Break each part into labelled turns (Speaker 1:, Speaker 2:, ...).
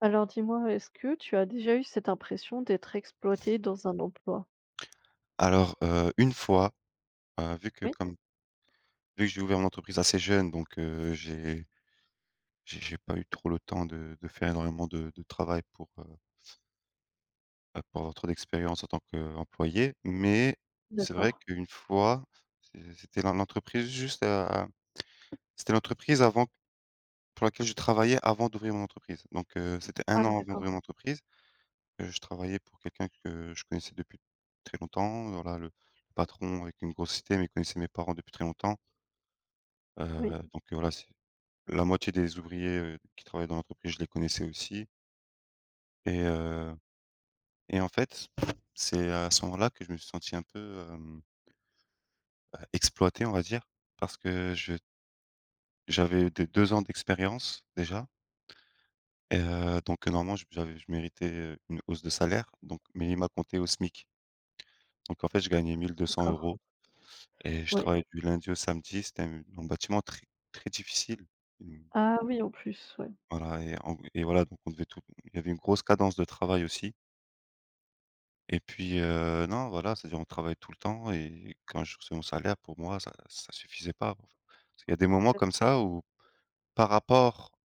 Speaker 1: Alors dis-moi, est-ce que tu as déjà eu cette impression d'être exploité dans un emploi?
Speaker 2: Une fois, vu que
Speaker 1: Oui?
Speaker 2: comme vu que j'ai ouvert mon entreprise assez jeune, donc j'ai pas eu trop le temps de faire énormément de travail pour, bah, pour avoir trop d'expérience en tant qu'employé. Mais c'est, ouais, vrai
Speaker 1: D'accord.
Speaker 2: qu'une fois, c'était dans l'entreprise juste à c'était l'entreprise avant pour laquelle je travaillais avant d'ouvrir mon entreprise. Donc c'était un
Speaker 1: Ah
Speaker 2: an avant
Speaker 1: d'accord.
Speaker 2: d'ouvrir mon entreprise. Je travaillais pour quelqu'un que je connaissais depuis très longtemps. Voilà, le patron avec une grosse cité, mais il connaissait mes parents depuis très longtemps.
Speaker 1: Oui,
Speaker 2: Voilà, c'est la moitié des ouvriers, qui travaillaient dans l'entreprise, je les connaissais aussi et heu et en fait, c'est à ce moment-là que je me suis senti un peu, bah, exploité, on va dire, parce que je j'avais des 2 ans d'expérience déjà et normalement, je j'avais je méritais, une hausse de salaire, donc mais il m'a compté au SMIC. Donc en fait, je gagnais 1 200
Speaker 1: d'accord.
Speaker 2: € et je
Speaker 1: Oui.
Speaker 2: travaillais du lundi au samedi. C'était un bâtiment très très difficile, mmh,
Speaker 1: Ah oui, en plus, ouais.
Speaker 2: voilà et voilà, donc on devait tout il y avait une grosse cadence de travail aussi. Et puis, non, voilà, c'est-à-dire on travaille tout le temps et quand je recevais mon salaire, pour moi, ça suffisait pas. Il y a des moments comme ça où par rapport,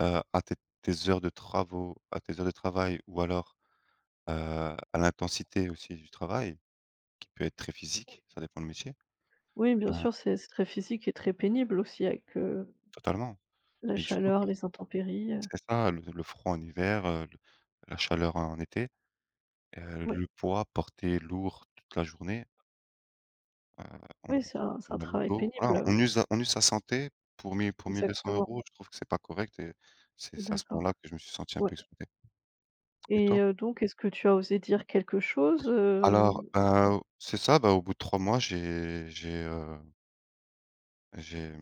Speaker 2: à tes tes heures de travaux à tes heures de travail ou alors, heu, à l'intensité aussi du travail qui peut être très
Speaker 1: Oui.
Speaker 2: physique, ça dépend le métier,
Speaker 1: Oui, bien
Speaker 2: heu,
Speaker 1: sûr, c'est très physique et très pénible aussi avec,
Speaker 2: totalement.
Speaker 1: la
Speaker 2: Et du coup,
Speaker 1: chaleur, les intempéries,
Speaker 2: c'est ça, le froid en hiver, la chaleur en été,
Speaker 1: oui.
Speaker 2: le poids porté lourd toute la journée. Heu, on
Speaker 1: Oui, c'est
Speaker 2: se
Speaker 1: un c'est
Speaker 2: fait
Speaker 1: un
Speaker 2: mal au
Speaker 1: travail
Speaker 2: dos, voilà,
Speaker 1: pénible,
Speaker 2: on use sa santé pour 1000 pour 1 200
Speaker 1: exactement.
Speaker 2: €, je trouve que c'est pas correct et c'est à ce moment-là
Speaker 1: D'accord.
Speaker 2: que je me suis senti un
Speaker 1: Oui.
Speaker 2: peu exploité. Et toi?
Speaker 1: Donc est-ce que tu as osé dire quelque chose,
Speaker 2: Alors,
Speaker 1: hem?
Speaker 2: c'est ça, bah, au bout de 3 mois, j'ai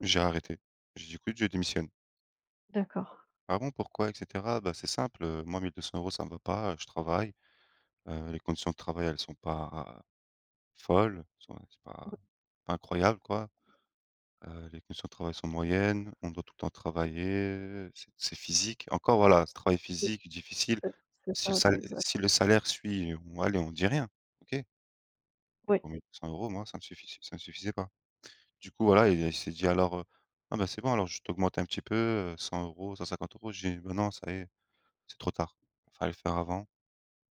Speaker 2: j'ai arrêté. J'ai dit: «Écoute, je démissionne».
Speaker 1: D'accord.
Speaker 2: «Ah bon, pourquoi?» et cetera. «Bah, c'est simple, moi 1 200 € ça me va pas, je travaille, les conditions de travail, elles sont pas folles, sont c'est
Speaker 1: Oui,
Speaker 2: pas incroyable quoi». Les conditions de travail sont moyennes, on doit tout le temps travailler, c'est physique. Encore voilà, ce travail
Speaker 1: oui,
Speaker 2: physique difficile,
Speaker 1: ouais, c'est ça, c'est exact.
Speaker 2: si le salaire suit, on dit rien, OK, mais
Speaker 1: Oui,
Speaker 2: pour 1 200 euros, moi, ça me suffisait pas. Du coup, voilà, il s'est dit: «Alors, ah ben c'est bon, alors je t'augmente un petit peu, 100 €, 150 euros». J'ai dit: «ben non, ça y est, c'est trop tard, il fallait le faire avant».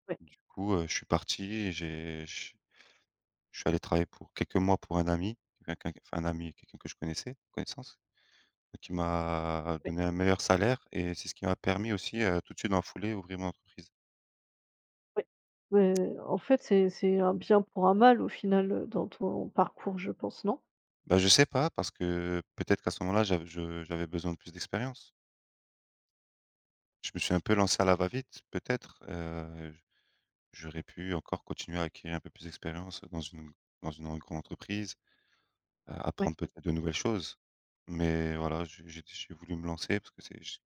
Speaker 1: oui,
Speaker 2: Du coup, je suis parti et j'ai je suis allé travailler pour quelques mois pour un ami, quelqu'un enfin un ami, quelqu'un que je connaissais connaissance. Qui m'a
Speaker 1: oui.
Speaker 2: donné un meilleur salaire et c'est ce qui m'a permis aussi, tout de suite dans la foulée, ouvrir mon entreprise.
Speaker 1: Oui, mais en fait, c'est un bien pour un mal au final, dans ton parcours, je pense, non?
Speaker 2: Bah, je sais pas parce que peut-être qu'à ce moment-là, j'av je j'avais besoin de plus d'expérience. Je me suis un peu lancé à la va-vite peut-être, j'aurais pu encore continuer à acquérir un peu plus d'expérience dans une grande entreprise,
Speaker 1: Oui,
Speaker 2: apprendre peut-être de nouvelles choses. Mais voilà, j'ai voulu me lancer parce que c'est j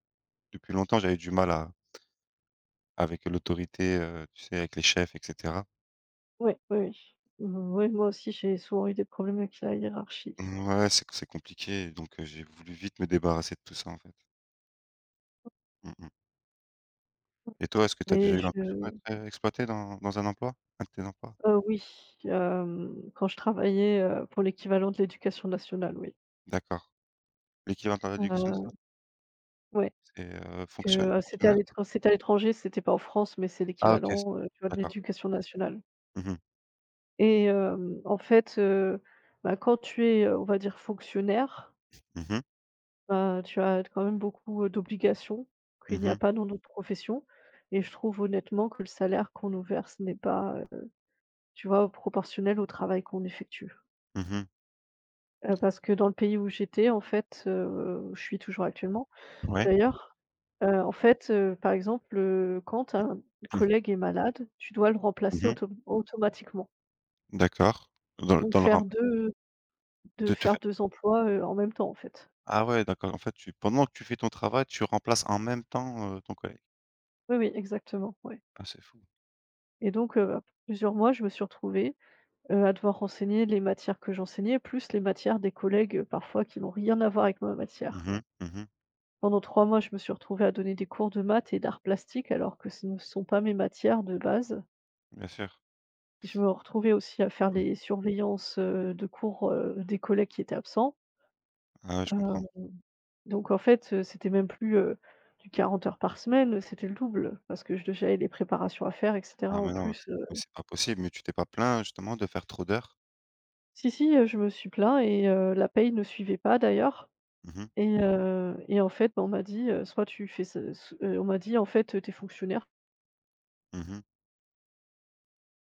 Speaker 2: depuis longtemps, j'avais du mal à avec l'autorité, tu sais, avec les chefs et cetera.
Speaker 1: ouais, oui, oui. Oui, moi aussi, j'ai souvent eu des problèmes avec la hiérarchie.
Speaker 2: Ouais, c'est compliqué, donc j'ai voulu vite me débarrasser de tout ça, en fait. Mmh mh. Et toi, est-ce que tu as
Speaker 1: Mais
Speaker 2: déjà eu l'impression d'être,
Speaker 1: je
Speaker 2: exploité dans un emploi? Un de tes emplois?
Speaker 1: oui, quand je travaillais, pour l'équivalent de l'éducation nationale, oui.
Speaker 2: D'accord. L'équivalent de l'éducation
Speaker 1: Heu,
Speaker 2: nationale,
Speaker 1: ouais,
Speaker 2: c'est,
Speaker 1: parce que,
Speaker 2: fonctionnaire?
Speaker 1: c'était à l'étranger, c'était pas en France, mais c'est
Speaker 2: Ah OK, c'est
Speaker 1: l'équivalent, tu vois, de
Speaker 2: d'accord.
Speaker 1: l'éducation nationale.
Speaker 2: Mmh mh.
Speaker 1: En fait, bah, quand tu es, on va dire fonctionnaire.
Speaker 2: Mmh mh.
Speaker 1: Bah, tu as quand même beaucoup, d'obligations qu'il
Speaker 2: Mmh
Speaker 1: n'y a
Speaker 2: mh.
Speaker 1: pas dans d'autres professions, et je trouve honnêtement que le salaire qu'on nous verse n'est pas, tu vois, proportionnel au travail qu'on effectue.
Speaker 2: Mmh mh.
Speaker 1: Parce que dans le pays où j'étais, en fait, où je suis toujours actuellement
Speaker 2: Ouais.
Speaker 1: d'ailleurs, en fait, par exemple, quand un
Speaker 2: Mmh.
Speaker 1: collègue est malade, tu dois le remplacer
Speaker 2: Mmh mh.
Speaker 1: automatiquement.
Speaker 2: D'accord.
Speaker 1: Donc
Speaker 2: Dans le
Speaker 1: faire
Speaker 2: rem
Speaker 1: 2, de
Speaker 2: de te
Speaker 1: faire
Speaker 2: fait
Speaker 1: 2 emplois, en même temps, en fait.
Speaker 2: ah ouais, d'accord, en fait, tu pendant que tu fais ton travail, tu remplaces en même temps, ton collègue.
Speaker 1: Oui, oui, exactement, ouais,
Speaker 2: Ah, c'est fou.
Speaker 1: et donc, plusieurs mois, je me suis retrouvée, à devoir renseigner les matières que j'enseignais, plus les matières des collègues, parfois qui n'ont rien à voir avec ma matière.
Speaker 2: Mmh mh. Mmh mh.
Speaker 1: Pendant 3 mois, je me suis retrouvée à donner des cours de maths et d'arts plastiques alors que ce ne sont pas mes matières de base.
Speaker 2: Bien sûr.
Speaker 1: Je me retrouvais aussi à faire
Speaker 2: Mmh.
Speaker 1: les surveillances, de cours, des collègues qui étaient absents.
Speaker 2: Ah ouais, je comprends.
Speaker 1: Heu, donc en fait, c'était même plus, du 40 heures par semaine, c'était le double parce que je de j'avais les préparations à faire et cetera en plus,
Speaker 2: Mais c'est pas possible, mais tu t'es pas plaint justement de faire trop d'heures?
Speaker 1: si, si, je me suis plaint et la paye ne suivait pas d'ailleurs.
Speaker 2: Mmh mh.
Speaker 1: Et en fait, bah, on m'a dit, «Soit tu fais ce» on m'a dit: «En fait, t'es fonctionnaire,
Speaker 2: Mmh.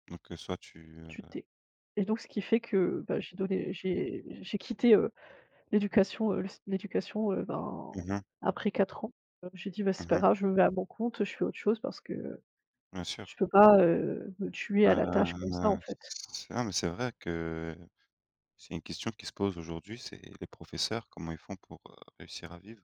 Speaker 2: Donc soit tu,
Speaker 1: tu t'es.» Et donc ce qui fait que, bah, j'ai donné j'ai quitté, l'éducation, le l'éducation, ben,
Speaker 2: mmh mh.
Speaker 1: après 4 ans. J'ai dit: «Bah, c'est pas
Speaker 2: Mmh.
Speaker 1: grave, je me mets à mon compte, je fais autre chose parce que
Speaker 2: Bien
Speaker 1: je
Speaker 2: sûr.
Speaker 1: peux pas, me tuer à la tâche comme ça, en
Speaker 2: Heu,
Speaker 1: fait».
Speaker 2: c'est ah mais c'est vrai que c'est une question qui se pose aujourd'hui, c'est les professeurs, comment ils font pour, réussir à vivre?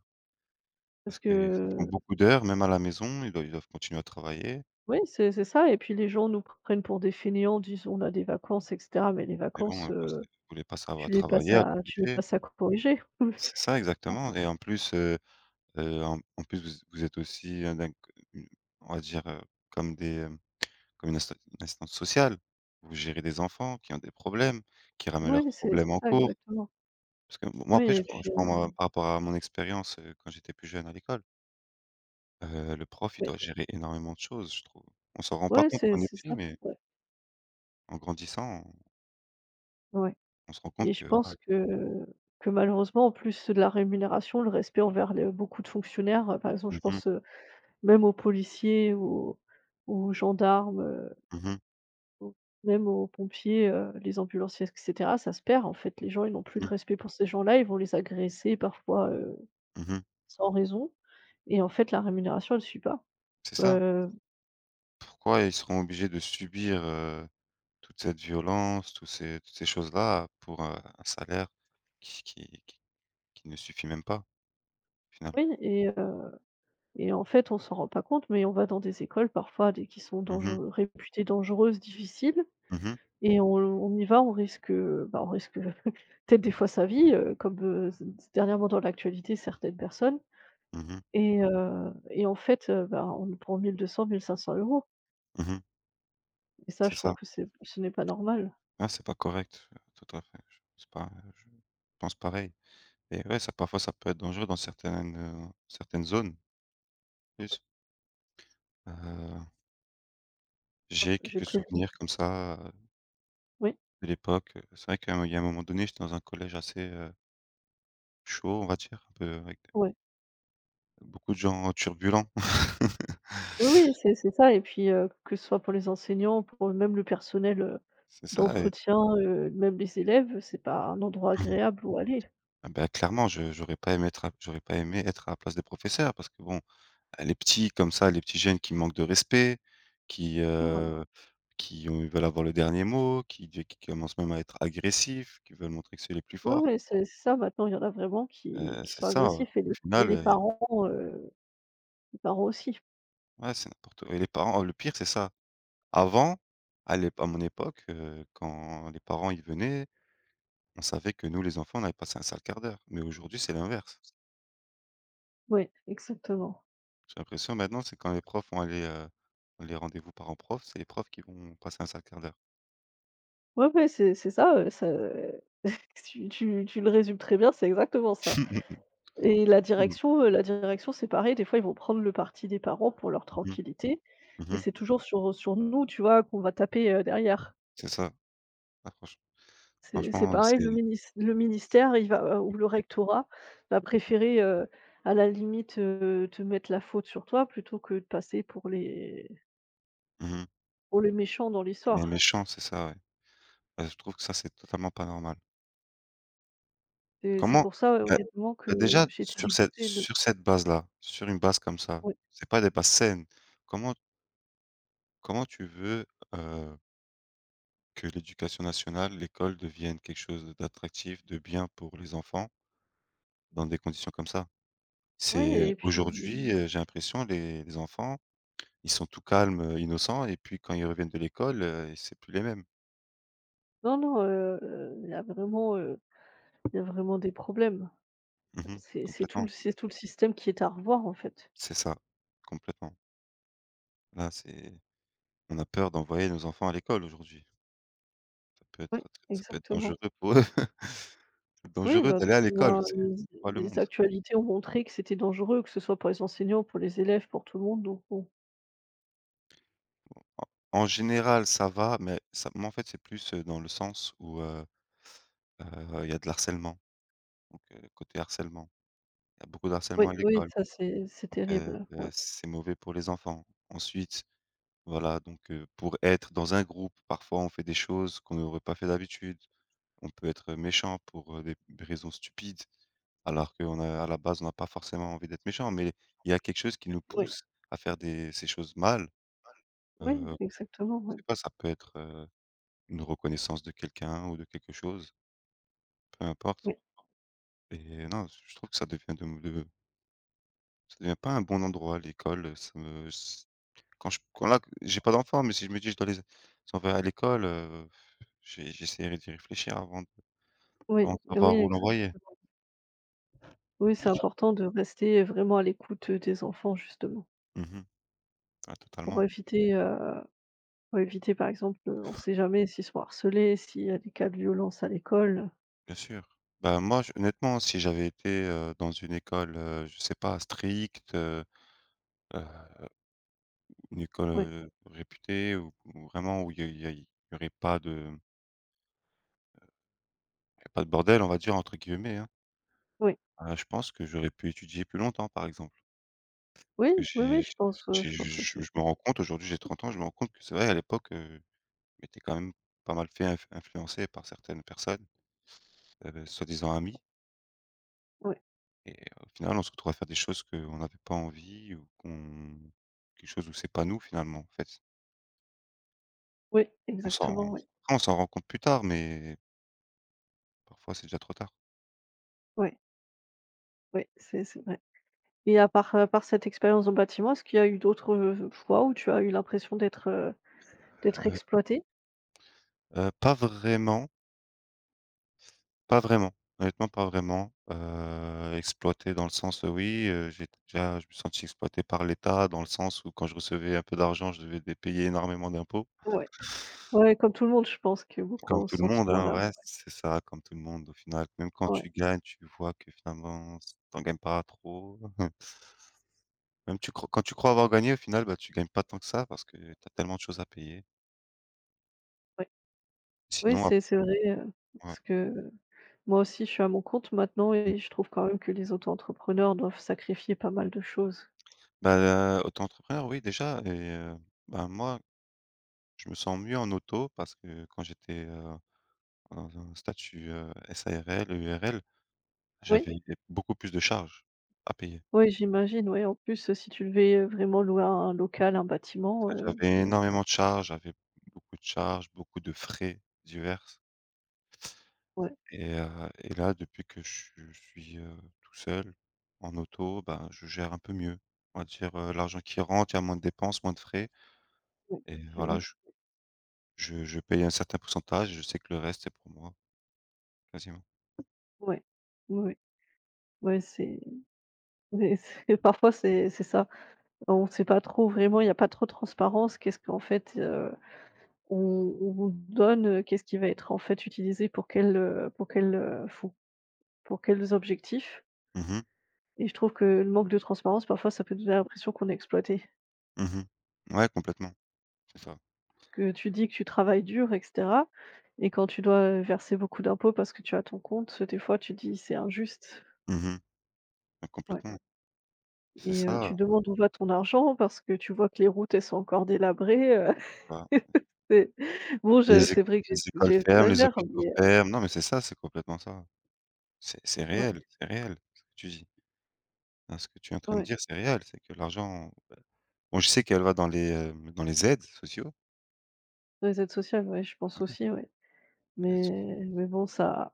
Speaker 1: Parce
Speaker 2: Parce qu'ils font
Speaker 1: que
Speaker 2: beaucoup d'heures, même à la maison, ils doivent continuer à travailler.
Speaker 1: oui, c'est ça et puis les gens nous prennent pour des fainéants, disent: «On a des vacances et cetera», mais les
Speaker 2: Mais bon,
Speaker 1: vacances,
Speaker 2: parce que vous voulez pas savoir
Speaker 1: tu les passes
Speaker 2: travailler, à
Speaker 1: à tu les
Speaker 2: corriger.
Speaker 1: passes à corriger.
Speaker 2: C'est ça exactement et en plus, en en plus vous vous êtes aussi, d'un c u on va dire, comme Comme une insta une assistante sociale, vous gérez des enfants qui ont des problèmes, qui ramènent
Speaker 1: Oui,
Speaker 2: leurs
Speaker 1: c'est
Speaker 2: problèmes
Speaker 1: c'est
Speaker 2: en
Speaker 1: ça
Speaker 2: cours.
Speaker 1: exactement.
Speaker 2: Parce que moi
Speaker 1: Oui
Speaker 2: après
Speaker 1: et puis,
Speaker 2: je prends moi par rapport à mon expérience, quand j'étais plus jeune à l'école, le prof il
Speaker 1: oui.
Speaker 2: doit gérer énormément de choses, je trouve. On s'en rend pas
Speaker 1: Ouais,
Speaker 2: compte
Speaker 1: c'est
Speaker 2: quand on est
Speaker 1: c'est
Speaker 2: petit,
Speaker 1: ça,
Speaker 2: mais
Speaker 1: ouais,
Speaker 2: en grandissant,
Speaker 1: ouais,
Speaker 2: on se rend compte
Speaker 1: et je
Speaker 2: que voilà.
Speaker 1: pense que malheureusement, en plus de la rémunération, le respect envers les beaucoup de fonctionnaires, par exemple, je
Speaker 2: Mmh mh,
Speaker 1: pense, même aux policiers, aux gendarmes,
Speaker 2: mmh
Speaker 1: aux même aux pompiers, les ambulanciers et cetera, ça se perd, en fait. Les gens, ils n'ont plus de
Speaker 2: mh,
Speaker 1: respect pour ces gens-là, ils vont les agresser parfois,
Speaker 2: mmh
Speaker 1: sans raison, et en fait, la rémunération, elle suit pas.
Speaker 2: c'est ça.
Speaker 1: Heu,
Speaker 2: Pourquoi ils seront obligés de subir, toute cette violence, tous ces toutes ces choses-là pour, un salaire qui qui ne suffit même pas au final?
Speaker 1: oui et en fait, on s'en rend pas compte, mais on va dans des écoles parfois des qui sont
Speaker 2: Mmh mh,
Speaker 1: dangereux réputées dangereuses, difficiles,
Speaker 2: mmh
Speaker 1: et on y va, on risque, bah, on risque peut-être des fois sa vie, comme, c dernièrement dans l'actualité certaines personnes.
Speaker 2: mmh
Speaker 1: Et et en fait, bah, on nous prend 1 200-1 500 €
Speaker 2: Mmh mh.
Speaker 1: et ça
Speaker 2: C'est
Speaker 1: je trouve
Speaker 2: ça.
Speaker 1: que c'est ce n'est pas normal.
Speaker 2: Ah, c'est pas correct, tout à fait. Je pense pas, je pense pareil et ouais, ça parfois, ça peut être dangereux dans certaines, certaines zones,
Speaker 1: Ouais,
Speaker 2: plus. Heu, j'ai
Speaker 1: j'ai
Speaker 2: quelques
Speaker 1: prévu.
Speaker 2: souvenirs comme ça,
Speaker 1: Oui,
Speaker 2: de l'époque, c'est vrai qu'à un il y a un moment donné, j'étais dans un collège assez, chaud, on va dire, un peu avec
Speaker 1: ouais.
Speaker 2: beaucoup de gens turbulents.
Speaker 1: Oui, oui, c'est ça et puis, que ce soit pour les enseignants, pour même le personnel,
Speaker 2: C'est ça et
Speaker 1: d'entretien, même les élèves, c'est pas un endroit agréable où aller.
Speaker 2: ah bah, clairement, je j'aurais pas aimé être à la place des professeurs parce que bon, les petits comme ça, les petits jeunes qui manquent de respect, qui,
Speaker 1: Ouais.
Speaker 2: heu, qui ont veulent avoir le dernier mot, qui commencent même à être agressifs, qui veulent montrer que c'est les plus
Speaker 1: Ouais,
Speaker 2: forts.
Speaker 1: ouais, c'est ça maintenant, il y en a vraiment qui qui
Speaker 2: C'est
Speaker 1: sont
Speaker 2: ça, au
Speaker 1: agressifs et les et
Speaker 2: final,
Speaker 1: les parents, heu, les parents aussi.
Speaker 2: ouais, c'est n'importe quoi. Et les parents le pire, c'est ça. Avant, à mon époque, quand les parents, y venaient, on savait que nous, les enfants, on avait passé un sale quart d'heure. Mais aujourd'hui, c'est l'inverse.
Speaker 1: Ouais, exactement.
Speaker 2: J'ai l'impression maintenant, c'est quand les profs ont les rendez-vous parents-prof, c'est les profs qui vont passer un sale quart d'heure.
Speaker 1: Oui, ouais, ouais, c'est ça, ça, tu le résumes très bien, c'est exactement ça, et la
Speaker 2: Mmh mh.
Speaker 1: direction, c'est pareil, des fois, ils vont prendre le parti des parents pour leur
Speaker 2: Mmh
Speaker 1: tranquillité, et
Speaker 2: mmh.
Speaker 1: c'est toujours sur nous, tu vois, qu'on va taper, derrière.
Speaker 2: C'est ça. Ah franch Mmh.
Speaker 1: C'est
Speaker 2: Franchement,
Speaker 1: pareil,
Speaker 2: c'est
Speaker 1: le ministère, il va ou le rectorat va préférer, à la limite, te mettre la faute sur toi plutôt que de passer pour les
Speaker 2: mmh
Speaker 1: pour les méchants dans
Speaker 2: pour les
Speaker 1: l'histoire.
Speaker 2: méchants, c'est ça, ouais. Bah, je trouve que ça, c'est totalement pas normal.
Speaker 1: C'est
Speaker 2: Comment
Speaker 1: pour ça,
Speaker 2: bah
Speaker 1: honnêtement,
Speaker 2: bah,
Speaker 1: que
Speaker 2: déjà
Speaker 1: j'étais dégoûtée de,
Speaker 2: sur cette base-là, sur une base comme ça,
Speaker 1: ouais,
Speaker 2: c'est pas des bases saines. Comment comment tu veux, heu, que l'éducation nationale, l'école devienne quelque chose d'attractif, de bien pour les enfants dans des conditions comme ça?
Speaker 1: ouais,
Speaker 2: C'est
Speaker 1: et puis
Speaker 2: aujourd'hui, j'ai l'impression les enfants, ils sont tout calmes, innocents et puis quand ils reviennent de l'école, c'est plus les mêmes.
Speaker 1: non, non, il y a vraiment, il y a vraiment des problèmes.
Speaker 2: Mmh,
Speaker 1: C'est c'est tout le
Speaker 2: complètement.
Speaker 1: c'est tout le système qui est à revoir, en fait.
Speaker 2: C'est ça, complètement. Là, c'est on a peur d'envoyer nos enfants à l'école aujourd'hui. Ça peut
Speaker 1: Oui,
Speaker 2: être très ça peut être
Speaker 1: exactement.
Speaker 2: dangereux pour eux.
Speaker 1: Oui,
Speaker 2: Dangereux
Speaker 1: bah,
Speaker 2: d'aller
Speaker 1: tu
Speaker 2: à l'école,
Speaker 1: vois,
Speaker 2: c'est pas le
Speaker 1: les
Speaker 2: monde.
Speaker 1: actualités ont montré que c'était dangereux, que ce soit pour les enseignants, pour les élèves, pour tout le monde, donc bon.
Speaker 2: En en général, ça va, mais ça moi, en fait, c'est plus, dans le sens où, il y a de l'harcèlement, donc côté harcèlement. Il y a beaucoup de harcèlement à
Speaker 1: Oui, oui,
Speaker 2: l'école,
Speaker 1: ça c'est
Speaker 2: donc
Speaker 1: terrible. Ouais,
Speaker 2: c'est mauvais pour les enfants. Ensuite, voilà, donc pour être dans un groupe, parfois, on fait des choses qu'on n'aurait pas fait d'habitude. On peut être méchant pour, des raisons stupides. Alors qu'on a à la base, on n'a pas forcément envie d'être méchant, mais il y a quelque chose qui nous
Speaker 1: oui,
Speaker 2: pousse à faire des ces choses mal,
Speaker 1: oui,
Speaker 2: heu, Mmh.
Speaker 1: exactement,
Speaker 2: je
Speaker 1: oui,
Speaker 2: sais pas, ça peut être, une reconnaissance de quelqu'un ou de quelque chose, peu importe.
Speaker 1: oui,
Speaker 2: Et non, je trouve que ça devient de ça devient pas un bon endroit, l'école, ça me s quand là, j'ai pas d'enfant, mais si je me dis: «Je dois les envoyer à l'école», j'essaierai d'y réfléchir
Speaker 1: oui,
Speaker 2: avant de
Speaker 1: oui,
Speaker 2: savoir où l'envoyer.
Speaker 1: exactement. Oui, c'est important de rester vraiment à l'écoute, des enfants justement,
Speaker 2: Mmh. Ah
Speaker 1: pour
Speaker 2: totalement.
Speaker 1: éviter, heu, pour éviter par exemple, on ne sait jamais s'ils sont harcelés, s'il y a des cas de violence à l'école.
Speaker 2: Bien sûr. Bah, moi, j honnêtement, si j'avais été, dans une école, je sais pas, stricte, heu, une école,
Speaker 1: Oui,
Speaker 2: réputée ou vraiment où il y aurait pas de il y a pas de «bordel», on va dire, entre guillemets, hein,
Speaker 1: oui,
Speaker 2: je pense que j'aurais pu étudier plus longtemps, par exemple.
Speaker 1: oui,
Speaker 2: Parce que
Speaker 1: oui, oui,
Speaker 2: j'ai
Speaker 1: je pense aussi.
Speaker 2: je me rends compte aujourd'hui, j'ai 30 ans, je me rends compte que c'est vrai, à l'époque, je m'étais quand même pas mal fait influencer par certaines personnes, soi-disant amies.
Speaker 1: Oui,
Speaker 2: Et au final, on se retrouve à faire des choses qu'on n'avait pas envie ou qu'on quelque chose où c'est pas nous finalement, en fait.
Speaker 1: oui,
Speaker 2: On s'en
Speaker 1: exactement, oui,
Speaker 2: on s'en rend compte plus tard, mais parfois, c'est déjà trop tard.
Speaker 1: oui, oui, c'est vrai. Et à part, par cette expérience dans le bâtiment, est-ce qu'il y a eu d'autres, fois où tu as eu l'impression d'être
Speaker 2: Heu
Speaker 1: exploitée?
Speaker 2: pas vraiment, pas vraiment. Honnêtement, pas vraiment. Exploité dans le sens, oui, j'ai déjà je me suis senti exploité par l'État dans le sens où quand je recevais un peu d'argent, je devais dé payer énormément d'impôts.
Speaker 1: Ouais, ouais, comme tout le monde, je pense que beaucoup
Speaker 2: Comme
Speaker 1: ont ce
Speaker 2: tout le monde, hein,
Speaker 1: sentiment-là.
Speaker 2: ouais, c'est ça, comme tout le monde au final. Même quand
Speaker 1: Ouais,
Speaker 2: tu gagnes, tu vois que finalement, s tu en gagnes pas trop. Même tu cro quand tu crois avoir gagné, au final, bah, tu gagnes pas tant que ça parce que tu as tellement de choses à payer.
Speaker 1: ouais. Oui,
Speaker 2: Sinon, Mmh. ap
Speaker 1: c'est vrai,
Speaker 2: ouais.
Speaker 1: parce que moi aussi, je suis à mon compte maintenant
Speaker 2: Mmh.
Speaker 1: et je trouve quand même que les auto-entrepreneurs doivent sacrifier pas mal de choses.
Speaker 2: Bah, auto-entrepreneur, oui, déjà et bah, moi, je me sens mieux en auto parce que quand j'étais, dans un statut, SARL, EURL,
Speaker 1: Oui,
Speaker 2: j'avais beaucoup plus de charges à payer.
Speaker 1: oui, j'imagine, oui, en plus, si tu devais, vraiment louer un local, un bâtiment,
Speaker 2: J'avais
Speaker 1: c'est
Speaker 2: énormément de charges, j'avais beaucoup de charges, beaucoup de frais divers.
Speaker 1: ouais.
Speaker 2: Et heu et là, depuis que je suis, tout seul, en auto, ben, je gère un peu mieux. On va dire, l'argent qui rentre, il y a moins de dépenses, moins de frais
Speaker 1: Ouais,
Speaker 2: et
Speaker 1: je
Speaker 2: voilà,
Speaker 1: ouais,
Speaker 2: je paye un certain pourcentage, je sais que le reste, c'est pour moi, quasiment.
Speaker 1: ouais, ouais, ouais, ouais, c'est ouais, c'est parfois c'est ça. On ne sait pas trop vraiment, il n'y a pas trop de transparence. Qu'est-ce qu'en fait, on vous donne, qu'est-ce qui va être en fait utilisé pour quel, fou pour quels objectifs,
Speaker 2: Mmh.
Speaker 1: et je trouve que le manque de transparence, parfois, ça peut donner l'impression qu'on est exploité.
Speaker 2: Mmh mh. Ouais, complètement, c'est ça.
Speaker 1: Que tu dis que tu travailles dur et cetera, et quand tu dois verser beaucoup d'impôts parce que tu as ton compte, des fois, tu dis: «C'est injuste».
Speaker 2: Mmh mh. Ouais,
Speaker 1: Ouais.
Speaker 2: complètement. C'est
Speaker 1: Et
Speaker 2: ça,
Speaker 1: tu demandes où va ton argent parce que tu vois que les routes, elles sont encore délabrées,
Speaker 2: bah,
Speaker 1: c'est bon, je
Speaker 2: les é
Speaker 1: c'est vrai que
Speaker 2: les écoles ferment, les
Speaker 1: j'exagère,
Speaker 2: hôpitaux
Speaker 1: mais
Speaker 2: ferment. Non, mais c'est ça, c'est complètement ça.
Speaker 1: ouais,
Speaker 2: C'est réel, ce que tu dis. Hein, ce que tu es en train de
Speaker 1: ouais.
Speaker 2: dire, c'est réel, c'est que l'argent, bah, bon, je sais qu'elle va dans les, dans les aides sociaux.
Speaker 1: Dans les aides sociales, ouais, je pense aussi, ouais,
Speaker 2: Aides soc
Speaker 1: mais bon, ça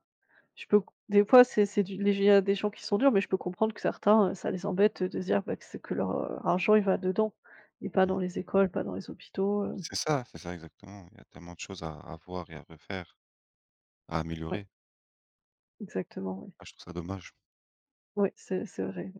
Speaker 1: je peux, des fois, c'est du les il y a des gens qui sont durs, mais je peux comprendre que certains, ça les embête de se dire, bah, que c'est que leur, argent, il va dedans et pas dans
Speaker 2: mmh.
Speaker 1: les écoles, pas dans les hôpitaux,
Speaker 2: C'est ça exactement. Il y a tellement de choses à voir et à refaire, à
Speaker 1: ouais,
Speaker 2: améliorer.
Speaker 1: exactement, ouais,
Speaker 2: Ah, je trouve ça dommage.
Speaker 1: ouais, c'est vrai.